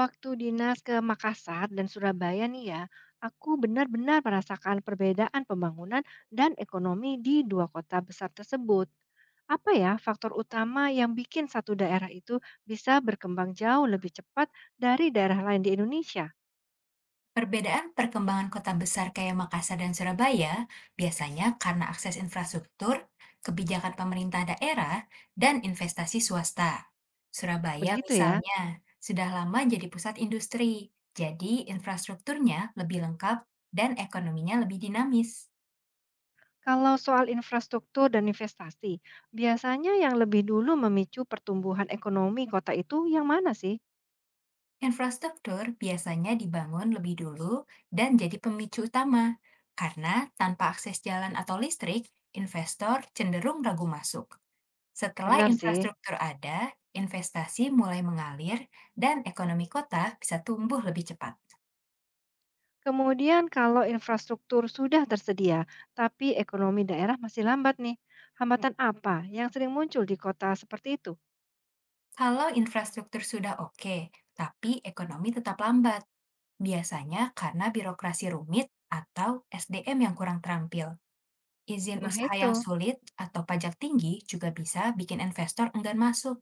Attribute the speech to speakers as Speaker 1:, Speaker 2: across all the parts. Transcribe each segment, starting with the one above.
Speaker 1: Waktu dinas ke Makassar dan Surabaya nih ya, aku benar-benar merasakan perbedaan pembangunan dan ekonomi di dua kota besar tersebut. Apa ya faktor utama yang bikin satu daerah itu bisa berkembang jauh lebih cepat dari daerah lain di Indonesia?
Speaker 2: Perbedaan perkembangan kota besar kayak Makassar dan Surabaya biasanya karena akses infrastruktur, kebijakan pemerintah daerah, dan investasi swasta. Surabaya
Speaker 1: Begitu ya.
Speaker 2: misalnya sudah lama jadi pusat industri, jadi infrastrukturnya lebih lengkap dan ekonominya lebih dinamis.
Speaker 1: Kalau soal infrastruktur dan investasi, biasanya yang lebih dulu memicu pertumbuhan ekonomi kota itu yang mana sih?
Speaker 2: Infrastruktur biasanya dibangun lebih dulu dan jadi pemicu utama, karena tanpa akses jalan atau listrik, investor cenderung ragu masuk. Setelah
Speaker 1: Benar sih.
Speaker 2: infrastruktur ada, investasi mulai mengalir dan ekonomi kota bisa tumbuh lebih cepat.
Speaker 1: Kemudian kalau infrastruktur sudah tersedia, tapi ekonomi daerah masih lambat nih. Hambatan apa yang sering muncul di kota seperti itu?
Speaker 2: Kalau infrastruktur sudah oke, tapi ekonomi tetap lambat, biasanya karena birokrasi rumit atau SDM yang kurang terampil. Izin
Speaker 1: Nah,
Speaker 2: usaha
Speaker 1: itu.
Speaker 2: yang sulit atau pajak tinggi juga bisa bikin investor enggan masuk.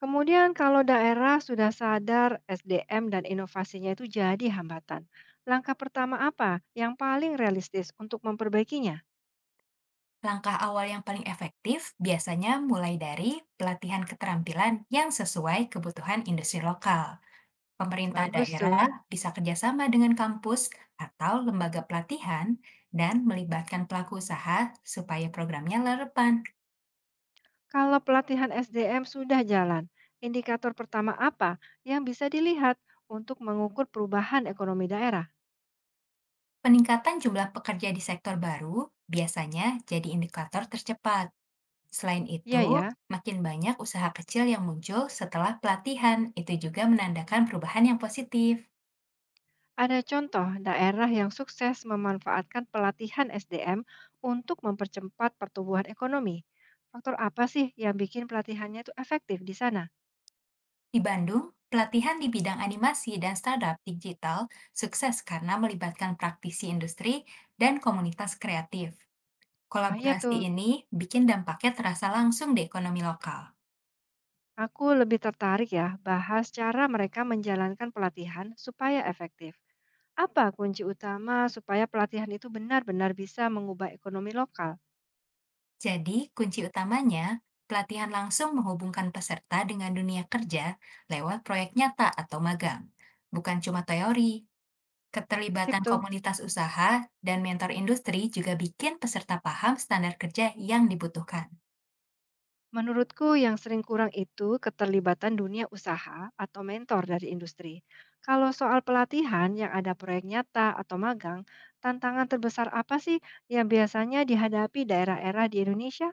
Speaker 1: Kemudian kalau daerah sudah sadar SDM dan inovasinya itu jadi hambatan. Langkah pertama apa yang paling realistis untuk memperbaikinya?
Speaker 2: Langkah awal yang paling efektif biasanya mulai dari pelatihan keterampilan yang sesuai kebutuhan industri lokal. Pemerintah
Speaker 1: Bagus
Speaker 2: daerah
Speaker 1: tuh.
Speaker 2: bisa kerjasama dengan kampus atau lembaga pelatihan dan melibatkan pelaku usaha supaya programnya relevan.
Speaker 1: Kalau pelatihan SDM sudah jalan, indikator pertama apa yang bisa dilihat untuk mengukur perubahan ekonomi daerah?
Speaker 2: Peningkatan jumlah pekerja di sektor baru biasanya jadi indikator tercepat. Selain
Speaker 1: Iya
Speaker 2: itu,
Speaker 1: ya.
Speaker 2: makin banyak usaha kecil yang muncul setelah pelatihan, itu juga menandakan perubahan yang positif.
Speaker 1: Ada contoh daerah yang sukses memanfaatkan pelatihan SDM untuk mempercepat pertumbuhan ekonomi. Faktor apa sih yang bikin pelatihannya itu efektif di sana?
Speaker 2: Di Bandung, pelatihan di bidang animasi dan startup digital sukses karena melibatkan praktisi industri dan komunitas kreatif.
Speaker 1: Ah iya
Speaker 2: Kolaborasi
Speaker 1: tuh,
Speaker 2: ini bikin dampaknya terasa langsung di ekonomi lokal.
Speaker 1: aku lebih tertarik ya bahas cara mereka menjalankan pelatihan supaya efektif. Apa kunci utama supaya pelatihan itu benar-benar bisa mengubah ekonomi lokal?
Speaker 2: Jadi, kunci utamanya, pelatihan langsung menghubungkan peserta dengan dunia kerja lewat proyek nyata atau magang. Bukan cuma teori,
Speaker 1: Sip
Speaker 2: keterlibatan
Speaker 1: tuh.
Speaker 2: komunitas usaha dan mentor industri juga bikin peserta paham standar kerja yang dibutuhkan.
Speaker 1: Menurutku yang sering kurang itu keterlibatan dunia usaha atau mentor dari industri. Kalau soal pelatihan yang ada proyek nyata atau magang, tantangan terbesar apa sih yang biasanya dihadapi daerah-daerah di Indonesia?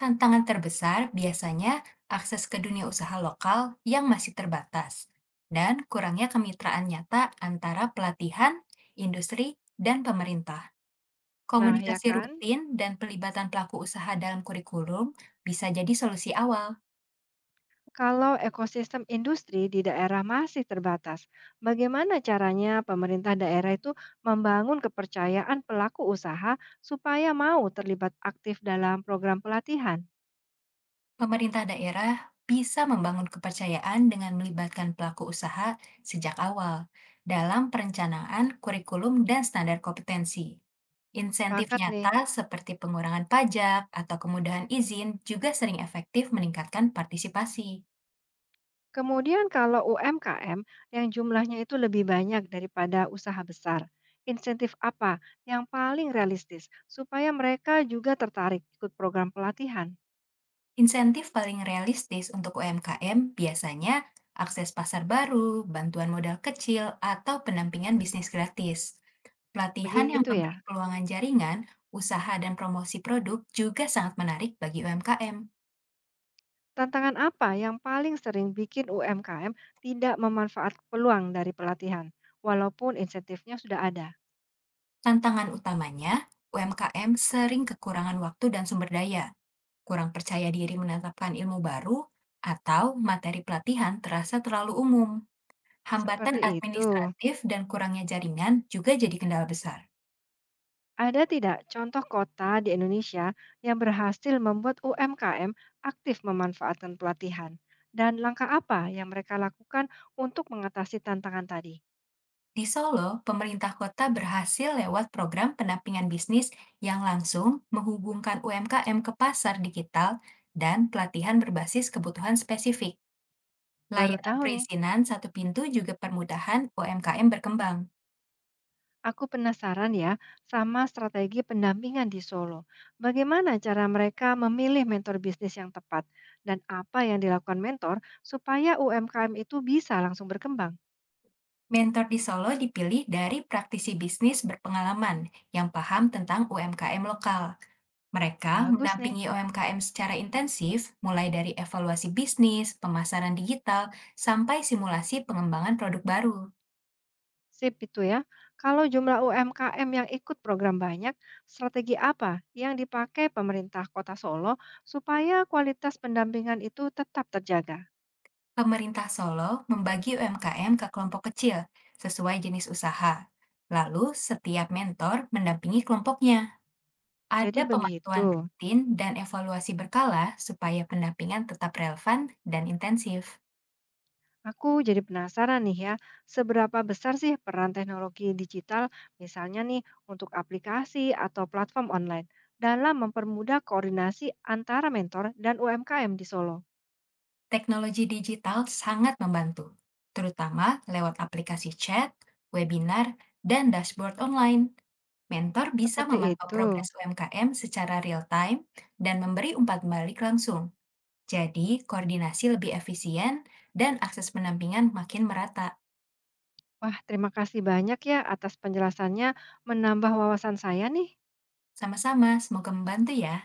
Speaker 2: Tantangan terbesar biasanya akses ke dunia usaha lokal yang masih terbatas dan kurangnya kemitraan nyata antara pelatihan, industri, dan pemerintah.
Speaker 1: Nah, ya
Speaker 2: Komunikasi
Speaker 1: kan?
Speaker 2: rutin dan pelibatan pelaku usaha dalam kurikulum bisa jadi solusi awal.
Speaker 1: Kalau ekosistem industri di daerah masih terbatas, bagaimana caranya pemerintah daerah itu membangun kepercayaan pelaku usaha supaya mau terlibat aktif dalam program pelatihan?
Speaker 2: Pemerintah daerah bisa membangun kepercayaan dengan melibatkan pelaku usaha sejak awal dalam perencanaan kurikulum dan standar kompetensi. Insentif
Speaker 1: Sepakat nih.
Speaker 2: nyata seperti pengurangan pajak atau kemudahan izin juga sering efektif meningkatkan partisipasi.
Speaker 1: Kemudian kalau UMKM yang jumlahnya itu lebih banyak daripada usaha besar, insentif apa yang paling realistis supaya mereka juga tertarik ikut program pelatihan?
Speaker 2: Insentif paling realistis untuk UMKM biasanya akses pasar baru, bantuan modal kecil, atau pendampingan bisnis gratis. Pelatihan yang
Speaker 1: Begitu
Speaker 2: memberi
Speaker 1: ya.
Speaker 2: peluangan jaringan, usaha, dan promosi produk juga sangat menarik bagi UMKM.
Speaker 1: Tantangan apa yang paling sering bikin UMKM tidak memanfaatkan peluang dari pelatihan, walaupun insentifnya sudah ada?
Speaker 2: Tantangan utamanya, UMKM sering kekurangan waktu dan sumber daya, kurang percaya diri menetapkan ilmu baru, atau materi pelatihan terasa terlalu umum. Hambatan
Speaker 1: Seperti itu.
Speaker 2: administratif dan kurangnya jaringan juga jadi kendala besar.
Speaker 1: Ada tidak contoh kota di Indonesia yang berhasil membuat UMKM aktif memanfaatkan pelatihan? Dan langkah apa yang mereka lakukan untuk mengatasi tantangan tadi?
Speaker 2: Di Solo, pemerintah kota berhasil lewat program pendampingan bisnis yang langsung menghubungkan UMKM ke pasar digital dan pelatihan berbasis kebutuhan spesifik.
Speaker 1: Baru
Speaker 2: Layanan
Speaker 1: tahu nih,
Speaker 2: perizinan satu pintu juga permudahan UMKM berkembang.
Speaker 1: aku penasaran ya sama strategi pendampingan di Solo. Bagaimana cara mereka memilih mentor bisnis yang tepat? Dan apa yang dilakukan mentor supaya UMKM itu bisa langsung berkembang?
Speaker 2: Mentor di Solo dipilih dari praktisi bisnis berpengalaman yang paham tentang UMKM lokal. Mereka
Speaker 1: Bagus nih.
Speaker 2: mendampingi UMKM secara intensif, mulai dari evaluasi bisnis, pemasaran digital, sampai simulasi pengembangan produk baru.
Speaker 1: Sip itu ya. Kalau jumlah UMKM yang ikut program banyak, strategi apa yang dipakai pemerintah Kota Solo supaya kualitas pendampingan itu tetap terjaga?
Speaker 2: Pemerintah Solo membagi UMKM ke kelompok kecil sesuai jenis usaha. Lalu, setiap mentor mendampingi kelompoknya.
Speaker 1: Jadi
Speaker 2: Ada
Speaker 1: begitu.
Speaker 2: pemantauan rutin dan evaluasi berkala supaya pendampingan tetap relevan dan intensif.
Speaker 1: Aku jadi penasaran nih ya, seberapa besar sih peran teknologi digital misalnya nih untuk aplikasi atau platform online dalam mempermudah koordinasi antara mentor dan UMKM di Solo?
Speaker 2: Teknologi digital sangat membantu, terutama lewat aplikasi chat, webinar, dan dashboard online. Mentor bisa
Speaker 1: Seperti
Speaker 2: memantau
Speaker 1: itu.
Speaker 2: progres UMKM secara real-time dan memberi umpan balik langsung. Jadi, koordinasi lebih efisien dan akses pendampingan makin merata.
Speaker 1: Wah, terima kasih banyak ya atas penjelasannya, menambah wawasan saya nih.
Speaker 2: Sama-sama, semoga membantu ya.